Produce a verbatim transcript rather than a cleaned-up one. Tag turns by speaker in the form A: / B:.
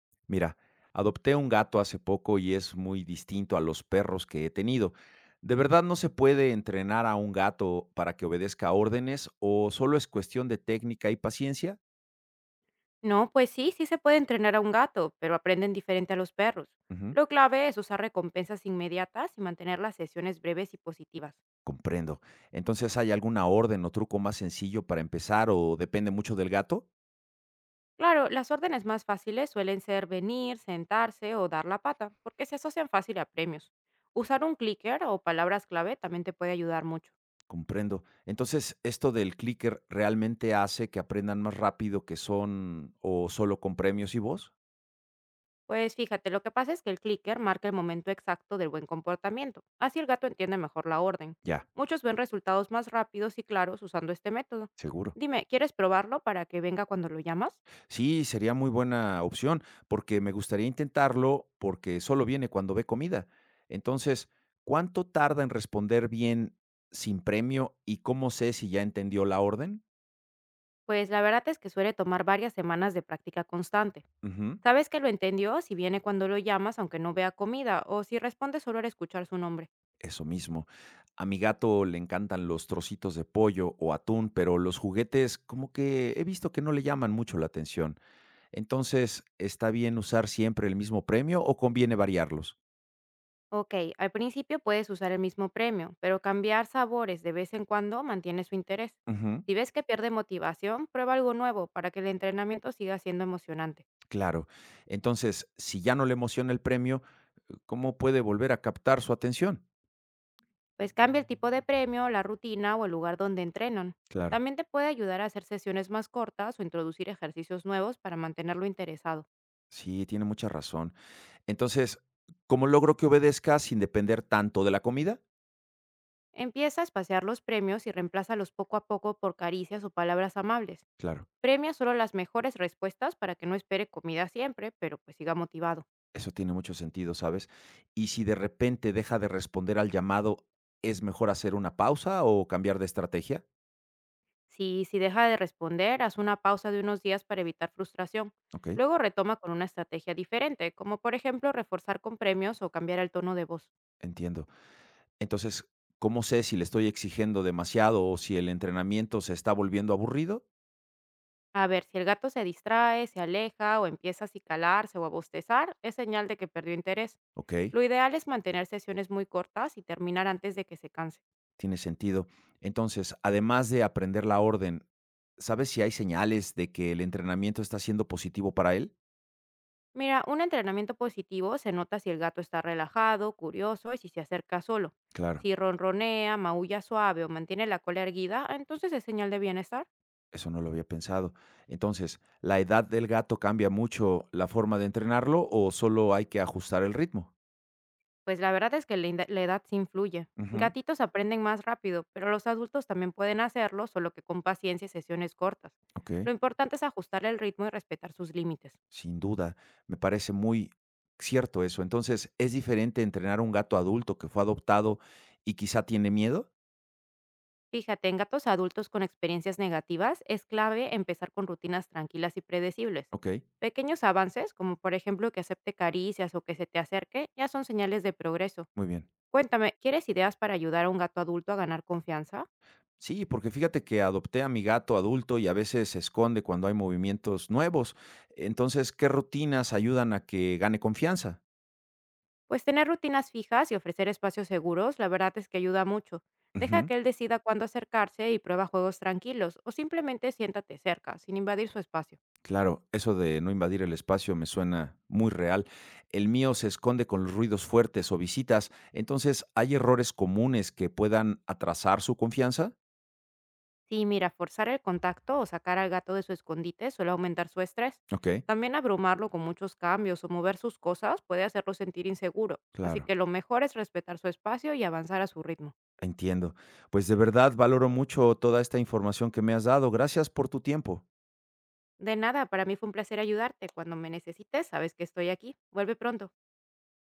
A: Mira, adopté un gato hace poco y es muy distinto a los perros que he tenido. ¿De verdad no se puede entrenar a un gato para que obedezca órdenes o solo es cuestión de técnica y paciencia?
B: No, pues sí, sí se puede entrenar a un gato, pero aprenden diferente a los perros.
A: Ujú.
B: Lo clave es usar recompensas inmediatas y mantener las sesiones breves y positivas.
A: Comprendo. Entonces, ¿hay alguna orden o truco más sencillo para empezar o depende mucho del gato?
B: Claro, las órdenes más fáciles suelen ser venir, sentarse o dar la pata, porque se asocian fácil a premios. Usar un clicker o palabras clave también te puede ayudar mucho.
A: Comprendo. Entonces, ¿esto del clicker realmente hace que aprendan más rápido que son o solo con premios y voz?
B: Pues fíjate, lo que pasa es que el clicker marca el momento exacto del buen comportamiento, así el gato entiende mejor la orden.
A: Ya,
B: Muchos ven resultados más rápidos y claros usando este método.
A: seguro.
B: Dime, ¿quieres probarlo para que venga cuando lo llamas?
A: Sí, sería muy buena opción, porque me gustaría intentarlo, porque solo viene cuando ve comida. Entonces, ¿cuánto tarda en responder bien sin premio y cómo sé si ya entendió la orden?
B: Pues la verdad es que suele tomar varias semanas de práctica constante.
A: Ujú,
B: Sabes que lo entendió si viene cuando lo llamas aunque no vea comida o si responde solo al escuchar su nombre.
A: eso mismo. A mi gato le encantan los trocitos de pollo o atún, pero los juguetes como que he visto que no le llaman mucho la atención. Entonces, ¿está bien usar siempre el mismo premio o conviene variarlos?
B: Ok, al principio puedes usar el mismo premio, pero cambiar sabores de vez en cuando mantiene su interés.
A: Ujú,
B: Si ves que pierde motivación, prueba algo nuevo para que el entrenamiento siga siendo emocionante.
A: claro. Entonces, si ya no le emociona el premio, ¿cómo puede volver a captar su atención?
B: Pues cambia el tipo de premio, la rutina o el lugar donde entrenan.
A: Claro.
B: También te puede ayudar a hacer sesiones más cortas o introducir ejercicios nuevos para mantenerlo interesado.
A: Sí, tiene mucha razón. Entonces, ¿cómo logro que obedezca sin depender tanto de la comida?
B: Empieza a espaciar los premios y reemplázalos poco a poco por caricias o palabras amables.
A: Claro.
B: Premia solo las mejores respuestas para que no espere comida siempre, pero pues siga motivado.
A: Eso tiene mucho sentido, ¿sabes? Y si de repente deja de responder al llamado, ¿es mejor hacer una pausa o cambiar de estrategia?
B: Si, si deja de responder, haz una pausa de unos días para evitar frustración.
A: Ok.
B: Luego retoma con una estrategia diferente, como por ejemplo reforzar con premios o cambiar el tono de voz.
A: Entiendo. Entonces, ¿cómo sé si le estoy exigiendo demasiado o si el entrenamiento se está volviendo aburrido?
B: A ver, si el gato se distrae, se aleja o empieza a acicalarse o a bostezar, es señal de que perdió interés.
A: Ok.
B: Lo ideal es mantener sesiones muy cortas y terminar antes de que se canse.
A: Tiene sentido. Entonces, además de aprender la orden, ¿sabes si hay señales de que el entrenamiento está siendo positivo para él?
B: Mira, un entrenamiento positivo se nota si el gato está relajado, curioso y si se acerca solo.
A: Claro.
B: Si ronronea, maulla suave o mantiene la cola erguida, entonces es señal de bienestar.
A: Eso no lo había pensado. Entonces, ¿la edad del gato cambia mucho la forma de entrenarlo o solo hay que ajustar el ritmo?
B: Pues la verdad es que la, inda- la edad sí influye.
A: Ujú.
B: Gatitos aprenden más rápido, pero los adultos también pueden hacerlo, solo que con paciencia y sesiones cortas.
A: Ok,
B: Lo importante es ajustar el ritmo y respetar sus límites.
A: sin duda. Me parece muy cierto eso. Entonces, ¿es diferente entrenar a un gato adulto que fue adoptado y quizá tiene miedo?
B: Fíjate, en gatos adultos con experiencias negativas es clave empezar con rutinas tranquilas y predecibles.
A: Ok,
B: Pequeños avances, como por ejemplo que acepte caricias o que se te acerque, ya son señales de progreso.
A: muy bien.
B: Cuéntame, ¿quieres ideas para ayudar a un gato adulto a ganar confianza?
A: Sí, porque fíjate que adopté a mi gato adulto y a veces se esconde cuando hay movimientos nuevos. Entonces, ¿qué rutinas ayudan a que gane confianza?
B: Pues tener rutinas fijas y ofrecer espacios seguros, la verdad es que ayuda mucho. Deja
A: Ujú,
B: que él decida cuándo acercarse y prueba juegos tranquilos o simplemente siéntate cerca, sin invadir su espacio.
A: claro, eso de no invadir el espacio me suena muy real. El mío se esconde con los ruidos fuertes o visitas. Entonces, ¿hay errores comunes que puedan atrasar su confianza?
B: Sí, mira, forzar el contacto o sacar al gato de su escondite suele aumentar su estrés.
A: Ok,
B: También abrumarlo con muchos cambios o mover sus cosas puede hacerlo sentir inseguro, así
A: claro,
B: que lo mejor es respetar su espacio y avanzar a su ritmo.
A: entiendo. Pues de verdad valoro mucho toda esta información que me has dado. Gracias por tu tiempo.
B: De nada, para mí fue un placer ayudarte. Cuando me necesites, sabes que estoy aquí. Vuelve pronto.